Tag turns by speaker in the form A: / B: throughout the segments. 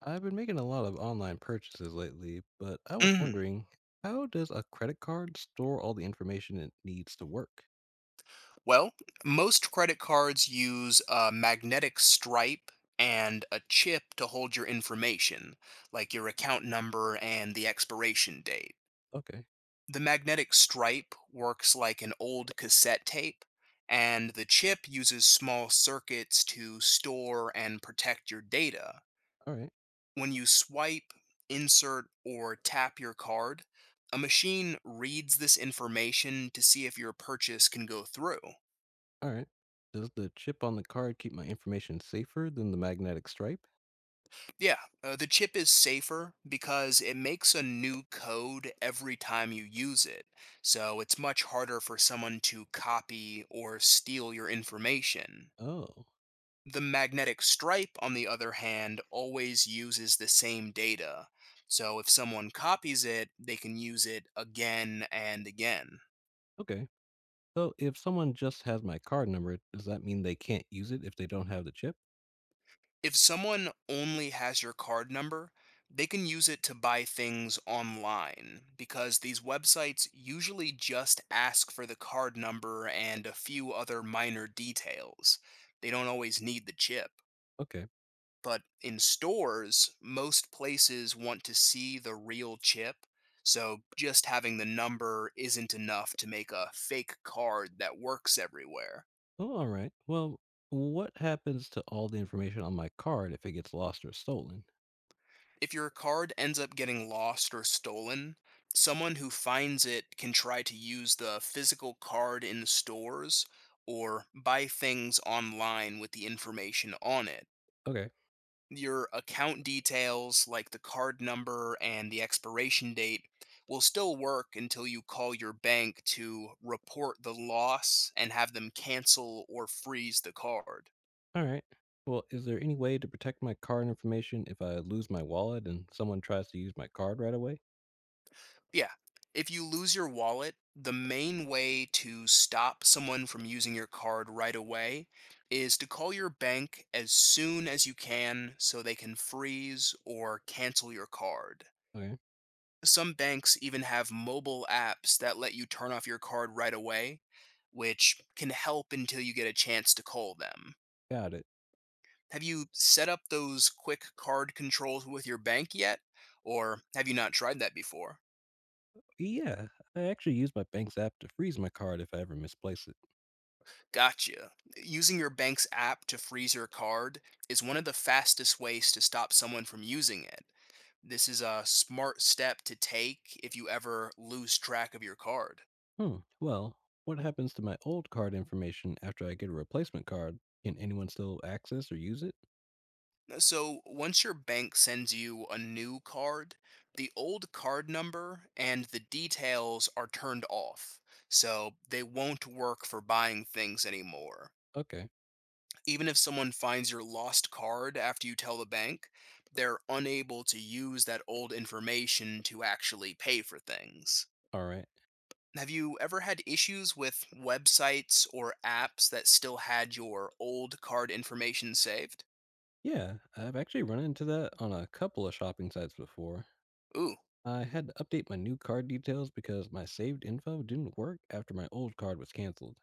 A: I've been making a lot of online purchases lately, but I was
B: Mhm.
A: wondering, how does a credit card store all the information it needs to work?
B: Well, most credit cards use a magnetic stripe and a chip to hold your information, like your account number and the expiration date.
A: Okay.
B: The magnetic stripe works like an old cassette tape, and the chip uses small circuits to store and protect your data.
A: All right.
B: When you swipe, insert, or tap your card, a machine reads this information to see if your purchase can go through.
A: All right. Does the chip on the card keep my information safer than the magnetic stripe?
B: Yeah, the chip is safer because it makes a new code every time you use it. So it's much harder for someone to copy or steal your information.
A: Oh,
B: The magnetic stripe, on the other hand, always uses the same data. So if someone copies it, they can use it again and again.
A: okay. So if someone just has my card number, does that mean they can't use it if they don't have the chip?
B: If someone only has your card number, they can use it to buy things online because these websites usually just ask for the card number and a few other minor details. They don't always need the chip.
A: Okay.
B: But in stores, most places want to see the real chip, so just having the number isn't enough to make a fake card that works everywhere.
A: Oh, all right. Well, what happens to all the information on my card if it gets lost or stolen?
B: If your card ends up getting lost or stolen, someone who finds it can try to use the physical card in stores or buy things online with the information on it.
A: Okay.
B: Your account details, like the card number and the expiration date, will still work until you call your bank to report the loss and have them cancel or freeze the card.
A: All right. Well, is there any way to protect my card information if I lose my wallet and someone tries to use my card right away?
B: Yeah. If you lose your wallet, the main way to stop someone from using your card right away is to call your bank as soon as you can so they can freeze or cancel your card.
A: Okay.
B: Some banks even have mobile apps that let you turn off your card right away, which can help until you get a chance to call them.
A: Got it.
B: Have you set up those quick card controls with your bank yet? Or have you not tried that before?
A: Yeah, I actually use my bank's app to freeze my card if I ever misplace it.
B: Gotcha. Using your bank's app to freeze your card is one of the fastest ways to stop someone from using it. This is a smart step to take if you ever lose track of your card.
A: Hmm. Well, what happens to my old card information after I get a replacement card? Can anyone still access or use it?
B: So, once your bank sends you a new card, the old card number and the details are turned off, so they won't work for buying things anymore.
A: Okay.
B: Even if someone finds your lost card after you tell the bank, they're unable to use that old information to actually pay for things.
A: All right.
B: Have you ever had issues with websites or apps that still had your old card information saved?
A: Yeah, I've actually run into that on a couple of shopping sites before.
B: Ooh.
A: I had to update my new card details because my saved info didn't work after my old card was canceled.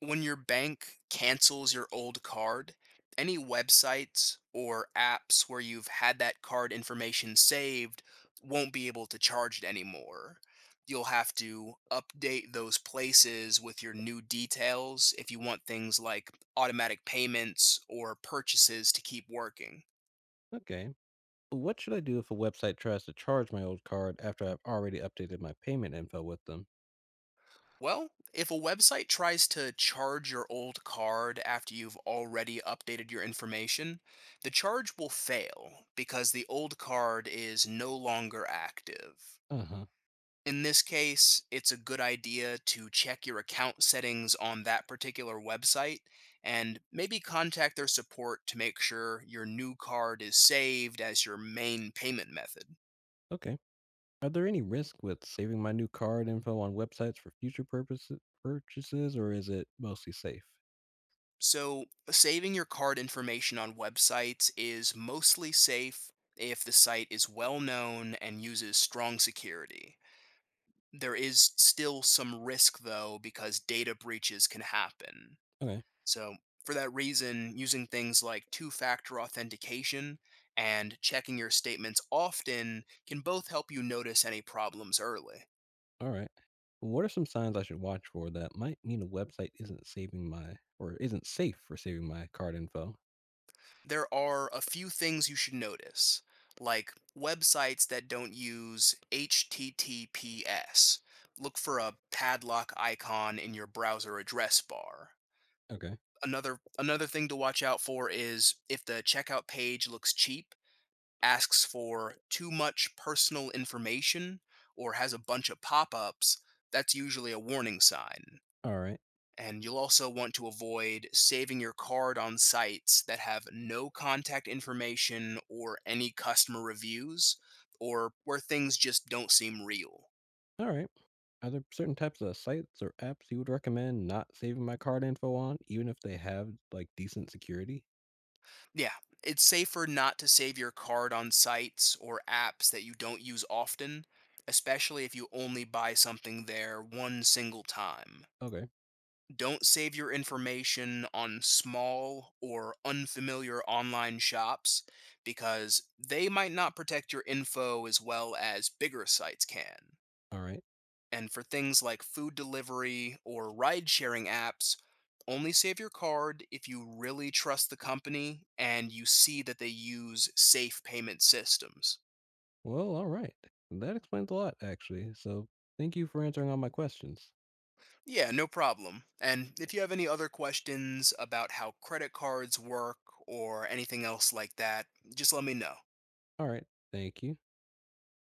B: When your bank cancels your old card, any websites or apps where you've had that card information saved won't be able to charge it anymore. You'll have to update those places with your new details if you want things like automatic payments or purchases to keep working.
A: Okay. What should I do if a website tries to charge my old card after I've already updated my payment info with them?
B: Well, if a website tries to charge your old card after you've already updated your information, the charge will fail because the old card is no longer active.
A: Uh huh.
B: In this case, it's a good idea to check your account settings on that particular website and maybe contact their support to make sure your new card is saved as your main payment method.
A: Okay. Are there any risk with saving my new card info on websites for future purposes, purchases, or is it mostly safe?
B: So, saving your card information on websites is mostly safe if the site is well known and uses strong security. There is still some risk, though, because data breaches can happen.
A: Okay.
B: So, for that reason, using things like two factor authentication and checking your statements often can both help you notice any problems early.
A: All right. What are some signs I should watch for that might mean a website isn't saving my or isn't safe for saving my card info?
B: There are a few things you should notice, like websites that don't use HTTPS. Look for a padlock icon in your browser address bar.
A: Okay.
B: Another thing to watch out for is if the checkout page looks cheap, asks for too much personal information, or has a bunch of pop-ups. That's usually a warning sign.
A: All right.
B: And you'll also want to avoid saving your card on sites that have no contact information or any customer reviews, or where things just don't seem real.
A: All right. Are there certain types of sites or apps you would recommend not saving my card info on, even if they have like decent security?
B: Yeah, it's safer not to save your card on sites or apps that you don't use often, especially if you only buy something there one single time.
A: Okay.
B: Don't save your information on small or unfamiliar online shops because they might not protect your info as well as bigger sites can.
A: All right.
B: And for things like food delivery or ride sharing apps, only save your card if you really trust the company and you see that they use safe payment systems.
A: Well, all right. That explains a lot, actually. So thank you for answering all my questions.
B: Yeah, no problem. And if you have any other questions about how credit cards work or anything else like that, just let me know.
A: All right. Thank you.